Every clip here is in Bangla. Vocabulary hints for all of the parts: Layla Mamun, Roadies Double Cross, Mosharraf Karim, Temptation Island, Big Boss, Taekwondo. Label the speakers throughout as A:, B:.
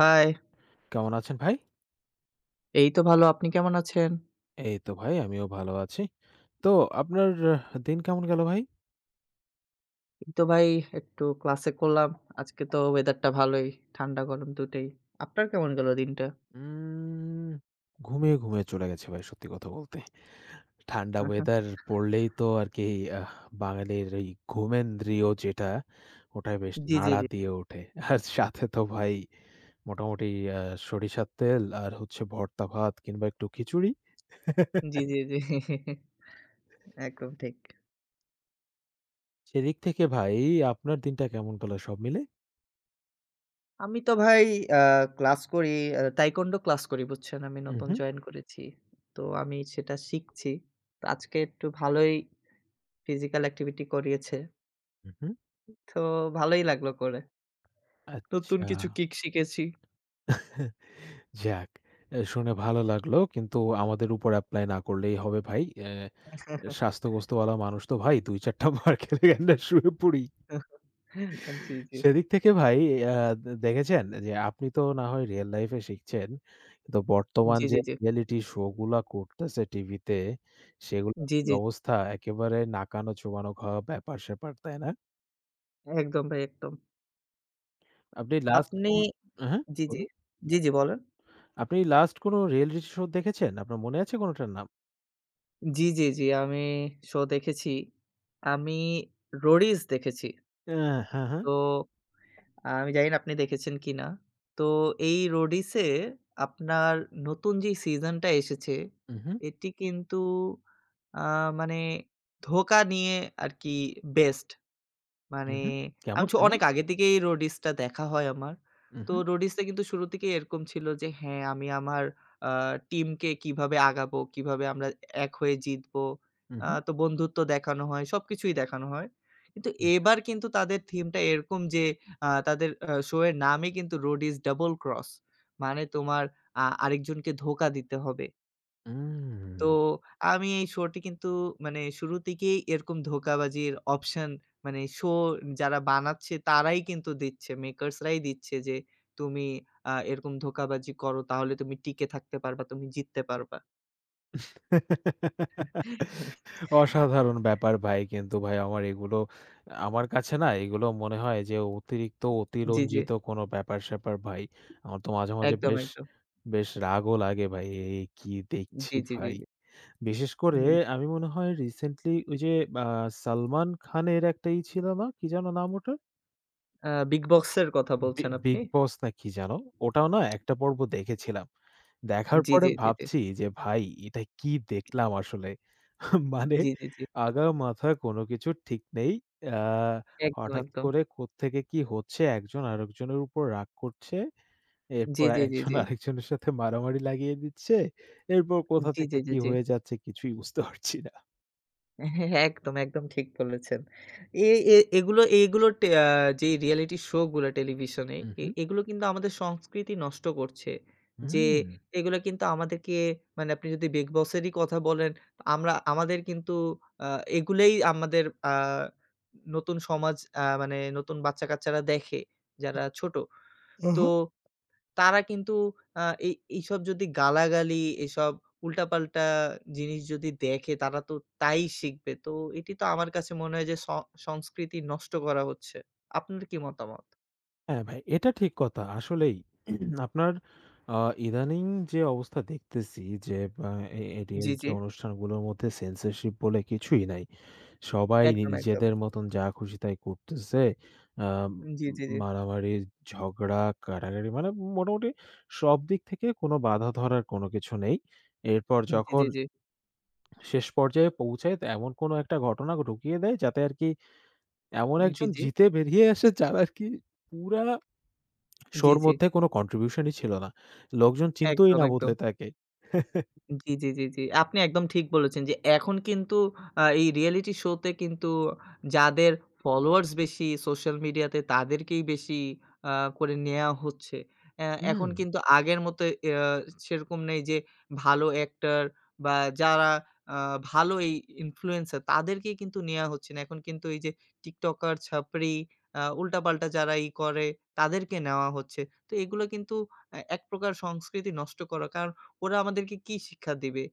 A: হাই!
B: কেমন আছেন ভাই?
A: এই তো ভালো। আপনি কেমন আছেন?
B: এই তো ভাই আমিও ভালো আছি। তো আপনার আহ, দিন কেমন গেল ভাই?
A: এই তো ভাই একটু ক্লাসে করলাম। আজকে তো ওয়েদারটা ভালোই। ঠান্ডা গরম দুটোই। আপনার কেমন গেল দিনটা?
B: উম ঘুমিয়ে, ঘুমিয়ে চলে গেছে ভাই, সত্যি কথা বলতে। ঠান্ডা
A: আহা,
B: ওয়েদার পড়লেই তো আরকি, আহ বাঙালির এই ঘুমেন্দ্রিয় যেটা, ওটাই বেশ
A: জি, জি,
B: নাড়া
A: জি।
B: দিয়ে ওঠে। আর সাথে তো ভাই মোটামুটি আ সরিষার তেল, আর হচ্ছে ভর্তা ভাত কিংবা একটু খিচুড়ি।
A: জি, জি, জি। একদম ঠিক।
B: সেদিক থেকে ভাই, আপনার দিনটা কেমন গেল সব মিলে?
A: আমি তো ভাই আ ক্লাস করি, তাইকোয়ান্ডো ক্লাস করি বুঝছেন? আমি নতুন
B: উহু,
A: জয়েন করেছি। তো আমি সেটা শিখছি। তো আজকে একটু ভালোই ফিজিক্যাল অ্যাক্টিভিটি করিয়েছে।
B: উহু।
A: তো ভালোই লাগলো করে। নতুন
B: আচ্ছা।
A: কিছু কিক শিখেছি।
B: যাক, এ শুনে ভালো লাগলো। কিন্তু আমাদের উপর এপ্লাই না করলেই হবে ভাই। স্বাস্থ্যগ্রস্তওয়ালা মানুষ তো ভাই ২-৪ টা মার খেলে এন্ডা শুয়ে পড়ি।
A: জি, জি।
B: সেদিক থেকে ভাই, আ দে দেখেছেন যে আপনি তো না হয় রিয়াল লাইফ এ শিখছেন। কিন্তু বর্তমান
A: জি,
B: যে
A: জি, জি।
B: রিয়ালিটি শো গুলা করতেছে টিভিতে, সেগুলার
A: জি,
B: কি
A: জি।
B: অবস্থা, একেবারে নাকানো চোবানো খাওয়া ব্যাপার-স্যাপার, তাই না?
A: একদম ভাই একদম।
B: আপনি লাস্ট
A: আপনি
B: কোন হ্যাঁ, হ্যাঁ,
A: জি, জি।
B: বলুন।
A: জি, জি বলেন।
B: আপনি লাস্ট কোন রিয়ালিটি শো দেখেছেন? আপনার মনে আছে কোনটার নাম?
A: জি, জি, জি। আমি শো দেখেছি। আমি রোডিস দেখেছি।
B: অ্যা হ্যাঁ, হ্যাঁ।
A: তো আমি জানি না আপনি দেখেছেন কিনা। তো এই রোডিসে আপনার নতুন যে সিজনটা এসেছে
B: উহু।
A: এটি কিন্তু আ মানে ধোঁকা নিয়ে আরকি বেস্ট।
B: হু,
A: মানে
B: হু। কেমন,
A: আমি
B: কেমন?
A: অনেক আগে থেকেই রোডিসটা দেখা হয় আমার।
B: হু,
A: তো
B: হু,
A: রোডিসটা কিন্তু শুরু থেকেই এরকম ছিল যে হ্যাঁ, আমি আমার আ টিমকে কিভাবে আগাবো, কিভাবে আমরা এক হয়ে জিতবো।
B: হু, হু,
A: তো বন্ধুত্ব দেখানো হয়, সবকিছুই দেখানো হয়। কিন্তু
B: হু।
A: এবার কিন্তু তাদের থিমটা এরকম যে তাদের শো এর নামই কিন্তু রোডিস ডাবল ক্রস। মানে তোমার আরেকজনকে ধোঁকা দিতে হবে। তো
B: উম
A: আমি এই শোটি কিন্তু মানে শুরু থেকেই এরকম ধোঁকাবাজির অপশন মানে শো যারা বানাচ্ছে তারাই কিন্তু দিচ্ছে। মেকার্স রাই দিচ্ছে যে তুমি এরকম ধোঁকাবাজি করো তাহলে তুমি টিকে থাকতে পারবা, তুমি জিততে পারবা।
B: অসাধারণ ব্যাপার ভাই। কিন্তু ভাই আমার কাছে না এগুলো মনে হয় যে অতিরিক্ত
A: জি, জি।
B: অতিরঞ্জিত কোনো ব্যাপার-স্যাপার ভাই। আমার তো মাঝে, মাঝে
A: একদম,
B: বেশ,
A: একদম।
B: বেশ রাগও লাগে ভাই। কি দেখছি
A: জি, জি, জি,
B: ভাই।
A: জি।
B: বিশেষ করে
A: হুম, জি।
B: আমি মনে হয় রিসেন্টলি ওই যে আ সালমান খানের একটা ই ছিল না? কি যেন নাম ওটার?
A: বিগ বস এর কথা বলছেন আপনি?
B: 'বিগ বস' না কি যেন? ওটাও না একটা পর্ব দেখেছিলাম। দেখার
A: জি,
B: পরে
A: জি, জি, জি।
B: ভাবছি যে, "ভাই, এটা কি দেখলাম আসলে?" মানে
A: জি, জি, জি।
B: আগা-মাথা কোনো কিছুর ঠিক নেই। আ
A: একদম,
B: হঠাৎ
A: একদম।
B: করে কোত্থেকে কি হচ্ছে, একজন আরেকজনের উপর রাগ করছে।
A: জি,
B: এরপর
A: জি, জি,
B: একজন
A: জি।
B: আরেকজনের সাথে মারামারি লাগিয়ে দিচ্ছে। এরপর কোথা
A: জি, জি,
B: থেকে
A: জি,
B: কি
A: জি।
B: হয়ে যাচ্ছে কিছুই বুঝতে পারছি না।
A: হ্যাঁ, একদম, একদম ঠিক বলেছেন। এ এ এগুলো এগুলো টে আ যে রিয়েলিটি শো গুলো টেলিভিশনে
B: উহু,
A: এগুলো কিন্তু আমাদের সংস্কৃতি নষ্ট করছে। যে
B: হুম।
A: এগুলো কিন্তু আমাদেরকে মানে আপনি যদি 'বিগ বস' এরই কথা বলেন, আমরা আমাদের কিন্তু আ এগুলোই আমাদের আ নতুন সমাজ মানে নতুন বাচ্চা-কাচ্চারা দেখে যারা ছোট।
B: হুম,
A: তো তারা কিন্তু আ এই এইসব যদি গালাগালি, এসব উল্টাপাল্টা জিনিস যদি দেখে তারা তো তাই শিখবে। তো এটি তো আমার কাছে মনে হয় যে সংস্কৃতি নষ্ট করা হচ্ছে। আপনার কি মতামত?
B: হ্যাঁ, ভাই এটা ঠিক কথা। আসলেই আপনার আ ইদানিং যে অবস্থা দেখতেছি যে আ এ এ
A: জি,
B: রিয়েলিটি
A: জি।
B: অনুষ্ঠানগুলোর মধ্যে সেন্সরশিপ বলে কিছুই নাই। সবাই
A: একদম, একদম।
B: নিজেদের মতন যা খুশি তাই করতেছে। আ
A: জি, জি, জি।
B: মারামারি, ঝগড়া, কাড়াকাড়ি, মানে মোটামুটি সব দিক থেকে কোনো বাধা ধরার কোনো কিছু নেই। এরপর
A: জি, জি,
B: যখন
A: জি।
B: শেষ পর্যায়ে পৌঁছায়, তো এমন কোনো একটা ঘটনা ঢুকিয়ে দেয় যাতে আরকি এমন
A: জি,
B: একজন
A: জি।
B: জিতে বেরিয়ে আসে যার আরকি পুরা
A: জি,
B: শোর
A: জি।
B: মধ্যে কোনো কন্ট্রিবিউশনই ছিল না। লোকজন চিনতোই
A: একদম,
B: না
A: একদম।
B: বোধহয় তাকে।
A: জি, জি, জি, জি। আপনি একদম ঠিক বলেছেন যে এখন কিন্তু এই রিয়েলিটি শো তে কিন্তু যাদের ফলোয়ার্স বেশি সোশ্যাল মিডিয়াতে তাদেরকেই বেশি আ করে নেয়া হচ্ছে। এখন
B: হুম,
A: কিন্তু আগের মতো সেরকম নেই যে ভালো অ্যাক্টর বা যারা আ ভালো এই ইনফ্লুয়েন্সার তাদেরকেই কিন্তু নেয়া হচ্ছে না। এখন কিন্তু এই যে টিকটকার, ছাপরি উল্টাপাল্টা যারা ই করে তাদেরকে নেওয়া হচ্ছে। তো এগুলো কিন্তু এক প্রকার সংস্কৃতি নষ্ট করা। কারণ ওরা আমাদেরকে কি শিক্ষা দিবে?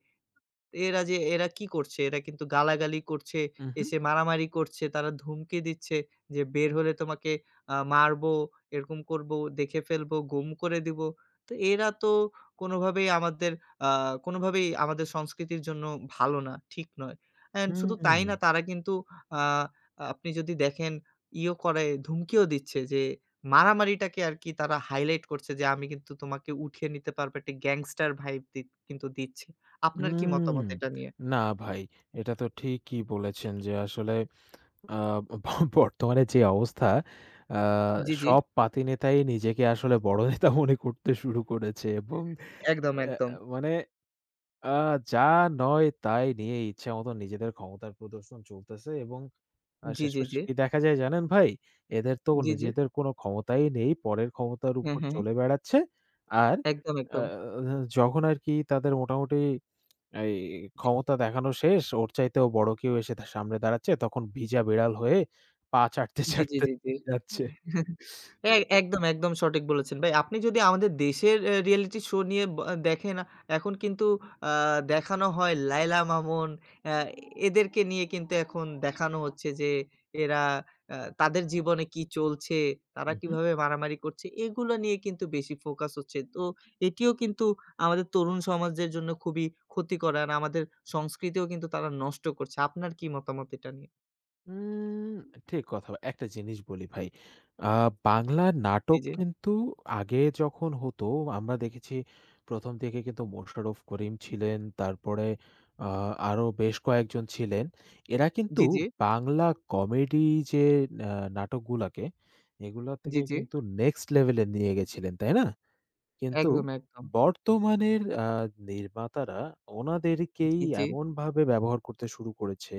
A: এরা যে এরা কি করছে? এরা কিন্তু গালাগালি করছে,
B: উহু,
A: এসে মারামারি করছে, তারা ধমকি দিচ্ছে যে, "বের হলে তোমাকে মারবো, এরকম করবো, দেখে ফেলবো, গুম করে দিবো।" তো এরা তো কোনোভাবেই আমাদের আ কোনোভাবেই আমাদের সংস্কৃতির জন্য ভালো না, ঠিক নয়। অ্যান্ড শুধু
B: হুম,
A: তাই না, তারা কিন্তু আ আপনি যদি দেখেন ইও করে, ধমকিও দিচ্ছে যে মারামারিটাকে আরকি তারা হাইলাইট করছে যে, "আমি কিন্তু তোমাকে উঠিয়ে নিতে পারবো।" একটা গ্যাংস্টার ভাইব কিন্তু দিচ্ছে। আপনার কি
B: হুম।
A: মতামত এটা নিয়ে?
B: না ভাই, এটা তো ঠিকই বলেছেন, যে আসলে আ ব বর্তমানে যে অবস্থা, আ
A: জি, জি।
B: সব পাতি নেতাই নিজেকে আসলে বড় নেতা মনে করতে শুরু করেছে, এবং
A: একদম,
B: অ্যা
A: একদম।
B: মানে, আ যা নয় তাই নিয়ে ইচ্ছামত নিজেদের ক্ষমতার প্রদর্শন চলতেছে, এবং আর
A: জি, জি,
B: শেষমেশ
A: জি।
B: কি দেখা যায় জানেন ভাই? এদের তো
A: জি, জি।
B: নিজেদের কোনো ক্ষমতাই নেই। পরের ক্ষমতার
A: হ্যাঁ,
B: উপর
A: হ্যাঁ।
B: চলে বেড়াচ্ছে। আর
A: একদম,
B: আ
A: একদম।
B: যখন আরকি তাদের মোটামুটি এই ক্ষমতা দেখানো শেষ, ওর চাইতেও বড় কেউ এসে তার সামনে দাঁড়াচ্ছে, তখন ভিজা বিড়াল হয়ে পা চাটতে,
A: জি, জি,
B: চাটতে
A: জি, জি।
B: যাচ্ছে।
A: এ একদম, একদম সঠিক বলেছেন ভাই। আপনি যদি আমাদের দেশের রিয়েলিটি শো নিয়ে দেখেন, এখন কিন্তু আ দেখানো হয় লায়লা মামুন, আ এদেরকে নিয়ে কিন্তু এখন দেখানো হচ্ছে যে এরা তাদের জীবনে কি চলছে, তারা
B: উহু।
A: কিভাবে মারামারি করছে, এগুলো নিয়ে কিন্তু বেশি ফোকাস হচ্ছে। তো এটিও কিন্তু আমাদের তরুণ সমাজের জন্য খুবই ক্ষতিকর। আর আমাদের সংস্কৃতিও কিন্তু তারা নষ্ট করছে। আপনার কি মতামত এটা নিয়ে?
B: উম ঠিক কথা। একটা জিনিস বলি ভাই। আ বাংলা
A: জি,
B: নাটক
A: জি।
B: কিন্তু আগে যখন হতো, আমরা দেখেছি ১ম দিকে কিন্তু মোশাররফ করিম ছিলেন। তারপরে আ আরো বেশ কয়েকজন ছিলেন। এরা কিন্তু
A: জি, জি।
B: বাংলা কমেডি যে আ নাটকগুলাকে, এগুলা
A: জি,
B: থেকে
A: জি।
B: কিন্তু নেক্সট লেভেলে নিয়ে গেছিলেন, তাই না? কিন্তু
A: একদম, একদম।
B: বর্তমানের নির্মাতারা ওনাদেরকেই
A: জি, জি।
B: এমনভাবে ব্যবহার করতে শুরু করেছে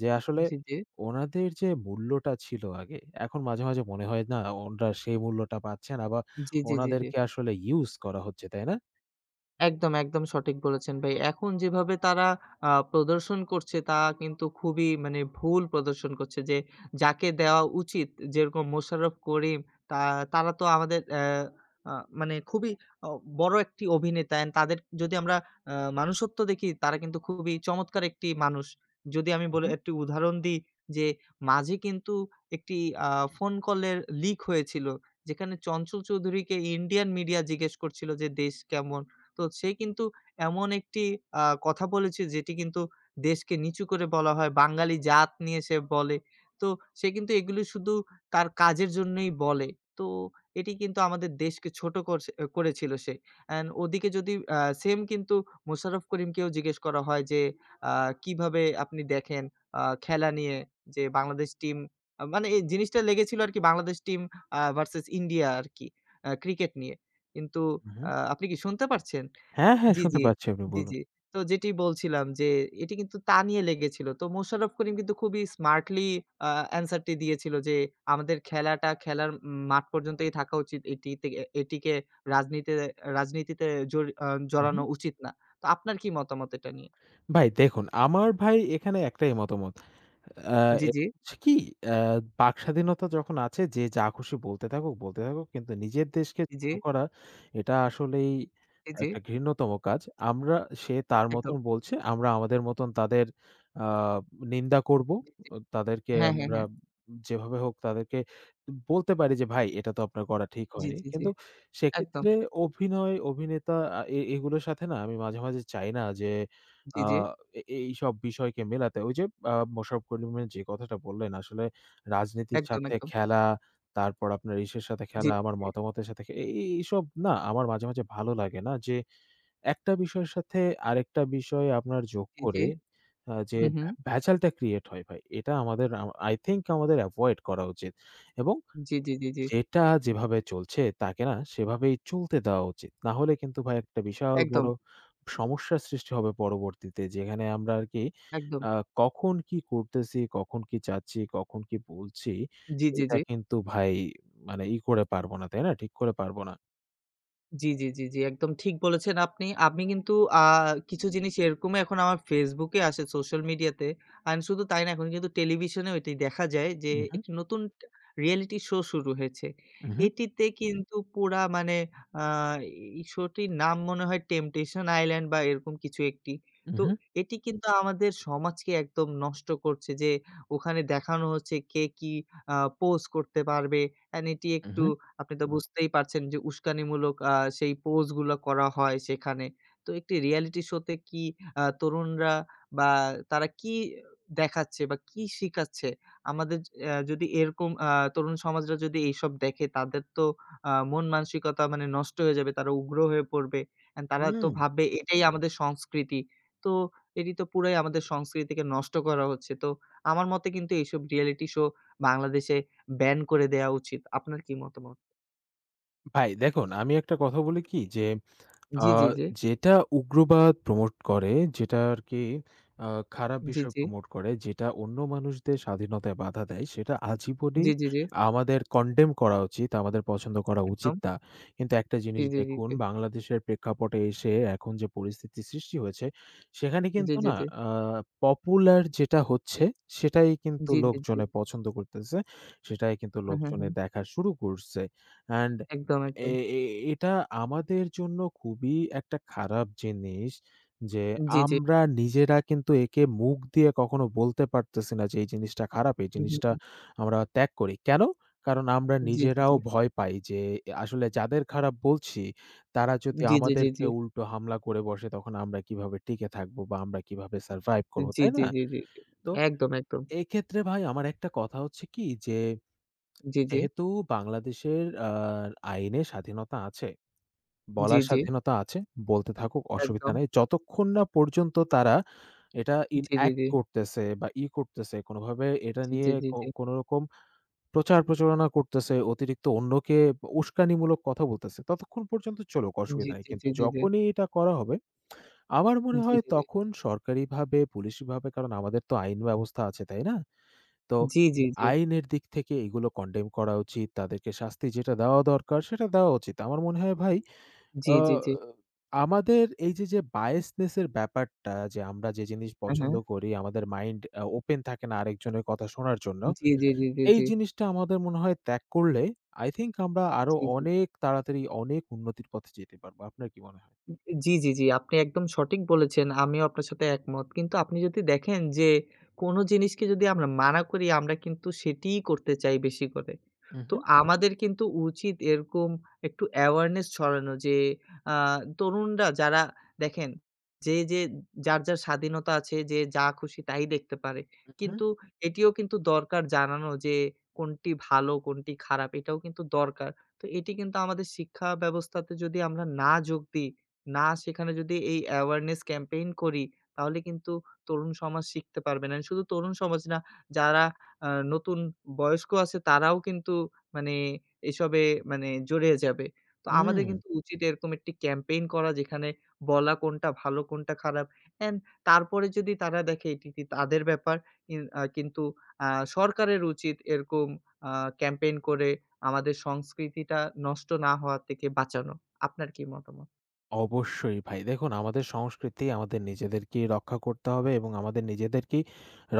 B: যে আসলে
A: জি, জি।
B: ওনাদের যে মূল্যটা ছিল আগে, এখন মাঝে, মাঝে মনে হয় না ওনারা সেই মূল্যটা পাচ্ছেন, আবার
A: জি, জি, জি, জি।
B: ওনাদেরকে আসলে ইউজ করা হচ্ছে, তাই না?
A: একদম, একদম সঠিক বলেছেন ভাই। এখন যেভাবে তারা প্রদর্শন করছে তা কিন্তু খুবই মানে ভুল প্রদর্শন করছে যে যাকে দেওয়া উচিত যেরকম মোশাররফ করিম তা তারা তো আমাদের অ্যা আ মানে খুবই অ বড় একটি অভিনেতা অ্যান্ড তাদের যদি আমরা আ মানুষত্ব দেখি তারা কিন্তু খুবই চমৎকার একটি মানুষ। যদি আমি
B: হু,
A: বলে
B: হু,
A: একটি উদাহরণ দিই যে মাঝে কিন্তু একটি আ ফোন কলের লিক হয়েছিল। যেখানে চঞ্চল চৌধুরীকে ইন্ডিয়ান মিডিয়া জিজ্ঞেস করছিল যে দেশ কেমন? তো সে কিন্তু এমন একটি কথা বলেছে যেটি কিন্তু দেশকে নিচু করে বলা হয়। বাঙালি জাত নিয়ে সে বলে। তো সে কিন্তু এগুলো শুধু তার কাজের জন্যই বলে। তো এটি কিন্তু আমাদের দেশকে ছোট করছে করেছিল সে। অ্যান্ড ওদিকে যদি সেম কিন্তু মোশাররফ করিমকেও জিজ্ঞেস করা হয় যে, আ "কিভাবে আপনি দেখেন খেলা নিয়ে যে বাংলাদেশ টিম" মানে এই জিনিসটা লেগেছিল আরকি Bangladesh team versus India cricket ক্রিকেট নিয়ে। কিন্তু
B: হু, হু।
A: আপনি কি শুনতে পারছেন?
B: হ্যাঁ, হ্যাঁ,
A: জি,
B: শুনতে
A: জি,
B: পাচ্ছি, আপনি
A: জি,
B: বলুন।
A: জি। তো যেটি বলছিলাম যে এটি কিন্তু তা নিয়ে লেগেছিল। তো মোশাররফ করিম কিন্তু খুবই স্মার্টলি অ্যান্সার টি দিয়েছিল যে আমাদের খেলাটা খেলার মাঠ পর্যন্তই থাকা উচিত। এটি তে এটিকে রাজনীতি রাজনীতিতে জড়ি আ
B: হু, হু।
A: জড়ানো উচিত না। তো আপনার কি মতামত এটা নিয়ে?
B: ভাই দেখুন, আমার ভাই এখানে একটাই মতামত, আ
A: জি,
B: এ
A: জি,
B: হচ্ছে কি, আ বাক স্বাধীনতা যখন আছে, যে যা খুশি বলতে থাকুক, বলতে থাকুক, কিন্তু নিজের দেশকে
A: জি, জি,
B: ছোট করা, এটা আসলেই
A: জি,
B: একটা ঘৃণ্যতম কাজ। আমরা সে তার
A: একদম।
B: মতন বলছে, আমরা আমাদের মতন তাদের আ নিন্দা করব।
A: জি, জি।
B: তাদেরকে
A: হ্যাঁ, হ্যাঁ,
B: আমরা
A: হ্যাঁ।
B: যেভাবে হোক তাদেরকে বলতে পারি যে, "ভাই, এটা তো আপনার করা ঠিক
A: জি,
B: হয়নি।"
A: জি, জি,
B: কিন্তু
A: একদম।
B: সেক্ষেত্রে অভিনয়, অভিনেতা, আ এ এগুলোর সাথে না আমি মাঝে, মাঝে চাই না যে
A: জি,
B: আ
A: জি,
B: এ এইসব বিষয়কে মেলাতে, ওই যে মোশাররফ করিমের যে কথাটা বললেন, আসলে রাজনীতির
A: একদম,
B: সাথে
A: একদম।
B: খেলা, তারপর আপনার ইসের সাথে
A: জি,
B: খেলা, আমার
A: জি,
B: মতামতের সাথে খে এ এইসব না আমার মাঝে, মাঝে ভালো লাগে না, যে একটা বিষয়ের সাথে আরেকটা বিষয় আপনার যোগ
A: জি, জি।
B: করে যে
A: হু, হু।
B: ভেজালটা ক্রিয়েট হয় ভাই। এটা আমাদের আ I থিংক আমাদের এভয়েড করা উচিত, এবং
A: জি, জি, জি, জি।
B: যেটা যেভাবে চলছে তাকে না সেভাবেই চলতে দেওয়া উচিত। না হলে কিন্তু ভাই একটা বিশাল
A: একদম,
B: বড় সমস্যার সৃষ্টি হবে পরবর্তীতে। যেখানে আমরা আর কি
A: একদম।
B: আ কখন কি করতেছি, কখন কি চাচ্ছি, কখন কি বলছি,
A: জি, জি,
B: এটা
A: জি।
B: কিন্তু ভাই মানে ই করে পারব না, তাই না? ঠিক করে পারব না।
A: জি, জি, জি, জি। একদম ঠিক বলেছেন আপনি। আমি কিন্তু আ কিছু জিনিস এরকমই এখন আমার Facebook এ আসে সোশ্যাল মিডিয়াতে। এন্ড শুধু তাই না এখন কিন্তু টেলিভিশনেও এটি দেখা যায় যে
B: উহু,
A: একটি নতুন রিয়েলিটি শো শুরু হয়েছে।
B: উহু,
A: এটিতে কিন্তু পুরা মানে আ এই শোটির নাম মনে হয় টেম্পটেশন আইল্যান্ড বা এরকম কিছু একটি। তো
B: উহু,
A: এটি কিন্তু আমাদের সমাজকে একদম নষ্ট করছে যে ওখানে দেখানো হচ্ছে কে কি পোজ করতে পারবে এন্ড এটি
B: উহু।
A: একটু
B: হুম।
A: আপনি তো বুঝতেই পারছেন যে উস্কানিমূলক সেই পোস্ট গুলো করা হয় সেখানে। তো একটি রিয়েলিটি শো তে কি তরুণরা বা তারা কি দেখাচ্ছে বা কি শিখাচ্ছে? আমাদের যদি এরকম তরুণ সমাজরা যদি এইসব দেখে তাদের তো মন মানসিকতা মানে নষ্ট হয়ে যাবে। তারা উগ্র হয়ে পড়বে। অ্যান্ড তারা
B: হুম,
A: তো
B: হুম,
A: ভাববে এটাই আমাদের সংস্কৃতি। তো এটি তো পুরাই আমাদের সংস্কৃতিকে নষ্ট করা হচ্ছে। তো আমার মতে কিন্তু এইসব রিয়েলিটি শো বাংলাদেশে ব্যান করে দেয়া উচিত। আপনার কি মতামত?
B: ভাই দেখুন আমি একটা কথা বলি কি যে, আ
A: জি, জি, জি।
B: যেটা উগ্রবাদ প্রমোট করে, যেটা আরকি আ খারাপ
A: জি,
B: বিষয়
A: জি।
B: প্রমোট করে, যেটা অন্য মানুষদের স্বাধীনতায় বাধা দেয়, সেটা আজীবনই
A: জি, জি, জি।
B: আমাদের কনডেম করা উচিত, আমাদের পছন্দ করা উচিত
A: একদম।
B: না। কিন্তু একটা
A: জি,
B: জিনিস
A: জি, জি,
B: দেখুন,
A: জি।
B: বাংলাদেশের প্রেক্ষাপটে এসে এখন যে পরিস্থিতি সৃষ্টি হয়েছে, সেখানে
A: জি,
B: কিন্তু
A: জি,
B: না,
A: জি।
B: আ পপুলার যেটা হচ্ছে, সেটাই কিন্তু
A: জি, জি, জি।
B: লোকজনে পছন্দ করতেছে, সেটাই কিন্তু
A: হু, হু, হু।
B: লোকজনে দেখা শুরু করছে। অ্যান্ড
A: একদম,
B: এ
A: একদম।
B: এ এটা আমাদের জন্য খুবই একটা খারাপ জিনিস, যে
A: জি, জি।
B: আমরা নিজেরা কিন্তু একে মুখ দিয়ে কখনো বলতে পারতেছি না যে এই জিনিসটা খারাপ, এই
A: হু, হু,
B: জিনিসটা
A: হু।
B: আমরা ত্যাগ করি। কেন? কারণ আমরা
A: জি, জি, জি।
B: নিজেরাও ভয় পাই যে আসলে যাদের খারাপ বলছি, তারা যদি
A: জি, জি, জি, জি।
B: আমাদেরকে উল্টো হামলা করে বসে, তখন আমরা কিভাবে টিকে থাকবো বা আমরা কিভাবে সারভাইভ
A: জি,
B: করবো,
A: জি,
B: তাই
A: জি,
B: না?
A: জি, জি।
B: তো
A: একদম, একদম।
B: এক্ষেত্রে ভাই আমার একটা কথা হচ্ছে কি যে,
A: জি, জি।
B: যেহেতু বাংলাদেশের আইনে স্বাধীনতা আছে,
A: জি,
B: বলার
A: জি।
B: স্বাধীনতা আছে। বলতে থাকুক, অসুবিধা
A: একদম।
B: নাই। যতক্ষণ না পর্যন্ত তারা এটা
A: জি, জি,
B: ইনঅ্যাক্ট
A: জি।
B: করতেছে বা করতেছে, কোনোভাবে এটা
A: জি, জি,
B: নিয়ে
A: জি, জি।
B: কোনোরকম প্রচার-প্রচারণা করতেছে, অতিরিক্ত অন্যকে উস্কানিমূলক কথা বলতেছে, ততক্ষণ পর্যন্ত চলুক,
A: জি,
B: অসুবিধা নাই।
A: জি, জি,
B: কিন্তু
A: জি, জি।
B: যখনই এটা করা হবে, আমার মনে
A: জি,
B: হয়
A: জি, জি।
B: তখন সরকারিভাবে, পুলিশিভাবে, কারণ আমাদের তো আইন ব্যবস্থা আছে, তাই না? তো
A: জি, জি, জি।
B: আইনের দিক থেকে এগুলো কনডেম করা উচিত। তাদেরকে শাস্তি যেটা দেওয়া দরকার সেটা দেওয়া উচিত। আমার মনে হয় ভাই,
A: জি,
B: আ
A: জি, জি।
B: আমাদের এই যে, যে biasness এর ব্যাপারটা, যে আমরা যে জিনিস
A: হ্যাঁ, হ্যাঁ।
B: পছন্দ করি, আমাদের মাইন্ড ওপেন থাকে না আরেকজনের কথা শোনার জন্য।
A: জি, জি, জি, জি,
B: এই
A: জি।
B: জিনিসটা আমাদের মনে হয় ত্যাগ করলে I think আমরা আরো
A: জি, জি।
B: অনেক তাড়াতাড়ি অনেক উন্নতির পথে যেতে পারবো। আপনার কি মনে হয়?
A: জি, জি, জি। আপনি একদম সঠিক বলেছেন। আমিও আপনার সাথে একমত। কিন্তু আপনি যদি দেখেন যে কোনো জিনিসকে যদি আমরা মানা করি আমরা কিন্তু সেটিই করতে চাই বেশি করে। তো
B: উহু,
A: আমাদের কিন্তু উচিত এরকম একটু awareness ছড়ানো যে আ তরুণরা যারা দেখেন যে, যে যার, যার স্বাধীনতা আছে যে যা খুশি তাই দেখতে পারে।
B: উহু,
A: কিন্তু এটিও কিন্তু দরকার জানানো যে কোনটি ভালো, কোনটি খারাপ এটাও কিন্তু দরকার। তো এটি কিন্তু আমাদের শিক্ষা ব্যবস্থাতে যদি আমরা না যোগ দিই না সেখানে যদি এই awareness campaign করি, তাহলে কিন্তু তরুণ সমাজ শিখতে পারবে না। শুধু তরুণ সমাজ না, যারা নতুন বয়স্ক আছে তারাও কিন্তু মানে এসবে মানে জড়িয়ে যাবে। তো
B: হুম।
A: আমাদের কিন্তু উচিত এরকম একটি campaign করা যেখানে বলা কোনটা ভালো, কোনটা খারাপ। অ্যান্ড তারপরে যদি তারা দেখে এটি কি তাদের ব্যাপার কিন্তু আ সরকারের উচিত এরকম আ campaign করে আমাদের সংস্কৃতিটা নষ্ট না হওয়া থেকে বাঁচানো। আপনার কি মতামত?
B: অবশ্যই ভাই। দেখুন, আমাদের সংস্কৃতি আমাদের নিজেদেরকেই রক্ষা করতে হবে, এবং আমাদের নিজেদেরকেই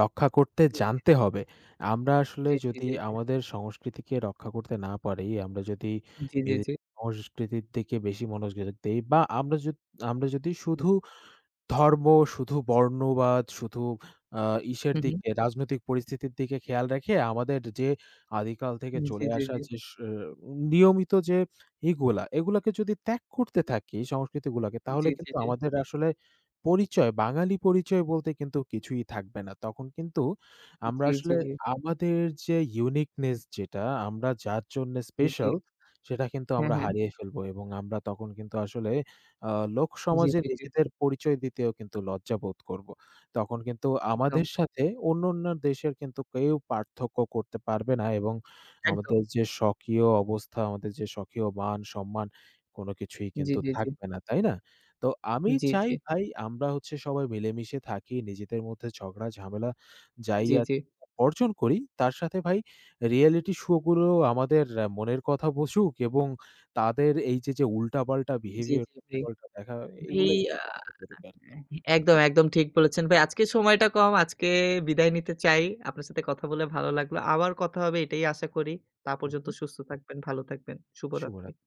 B: রক্ষা করতে জানতে হবে। আমরা আসলে
A: জি, জি,
B: যদি
A: জি, জি,
B: আমাদের সংস্কৃতিকে রক্ষা করতে না পারি, আমরা যদি
A: জি, জি, জি,
B: বিদেশি সংস্কৃতির দিকে বেশি মনোযোগ দেই, বা আমরা আমরা যদি শুধু ধর্ম, শুধু বর্ণবাদ, শুধু আ ইসের
A: হু, হু,
B: দিকে, রাজনৈতিক পরিস্থিতির দিকে খেয়াল রেখে আমাদের যে আদিকাল থেকে
A: জি,
B: চলে
A: জি,
B: আসা
A: জি,
B: যে নিয়মিত যে এগুলা, এগুলাকে যদি ত্যাগ করতে থাকি সংস্কৃতিগুলাকে,
A: জি,
B: তাহলে
A: জি,
B: কিন্তু
A: জি,
B: আমাদের আসলে পরিচয়, বাঙালি পরিচয় বলতে কিন্তু কিছুই থাকবে না। তখন কিন্তু আমরা
A: জি, জি,
B: আসলে
A: জি,
B: আমাদের যে ইউনিকনেস, যেটা আমরা যার জন্য
A: জি, জি,
B: স্পেশাল, সেটা কিন্তু
A: হ্যাঁ,
B: আমরা
A: হ্যাঁ,
B: হারিয়ে ফেলবো, এবং আমরা তখন কিন্তু আসলে আ
A: জি,
B: লোকসমাজে
A: জি, জি,
B: নিজেদের পরিচয় দিতেও কিন্তু লজ্জাবোধ করব। তখন কিন্তু
A: একদম,
B: আমাদের সাথে অন্য, অন্য দেশের কিন্তু কেউ পার্থক্য করতে পারবে না, এবং
A: একদম,
B: আমাদের যে স্বকীয় অবস্থা, আমাদের যে স্বকীয় মান সম্মান, কোনো কিছুই
A: জি,
B: কিন্তু
A: জি, জি,
B: থাকবে না, তাই না? তো আমি
A: জি,
B: চাই
A: জি,
B: ভাই, আমরা হচ্ছে সবাই মিলেমিশে থাকি, নিজেদের মধ্যে ঝগড়া ঝামেলা যাই
A: জি,
B: আ
A: জি,
B: বর্জন করি। তার সাথে ভাই, রিয়েলিটি শো গুলো আমাদের মনের কথা বুঝুক, এবং তাদের এই যে, যে উল্টাপাল্টা
A: জি,
B: বিহেভিয়ার
A: জি, ভাই,
B: বলটা দেখা,
A: ভাই
B: এগুলো একটু
A: আ
B: বন্ধ করুক আরকি।
A: একদম, একদম ঠিক বলেছেন ভাই। আজকে সময়টা কম, আজকে বিদায় নিতে চাই। আপনার সাথে কথা বলে ভালো লাগলো। আবার কথা হবে এটাই আশা করি। তা পর্যন্ত
B: উহু,
A: সুস্থ থাকবেন, ভালো থাকবেন। শুভরাত্রি।
B: শুভরাত্রি।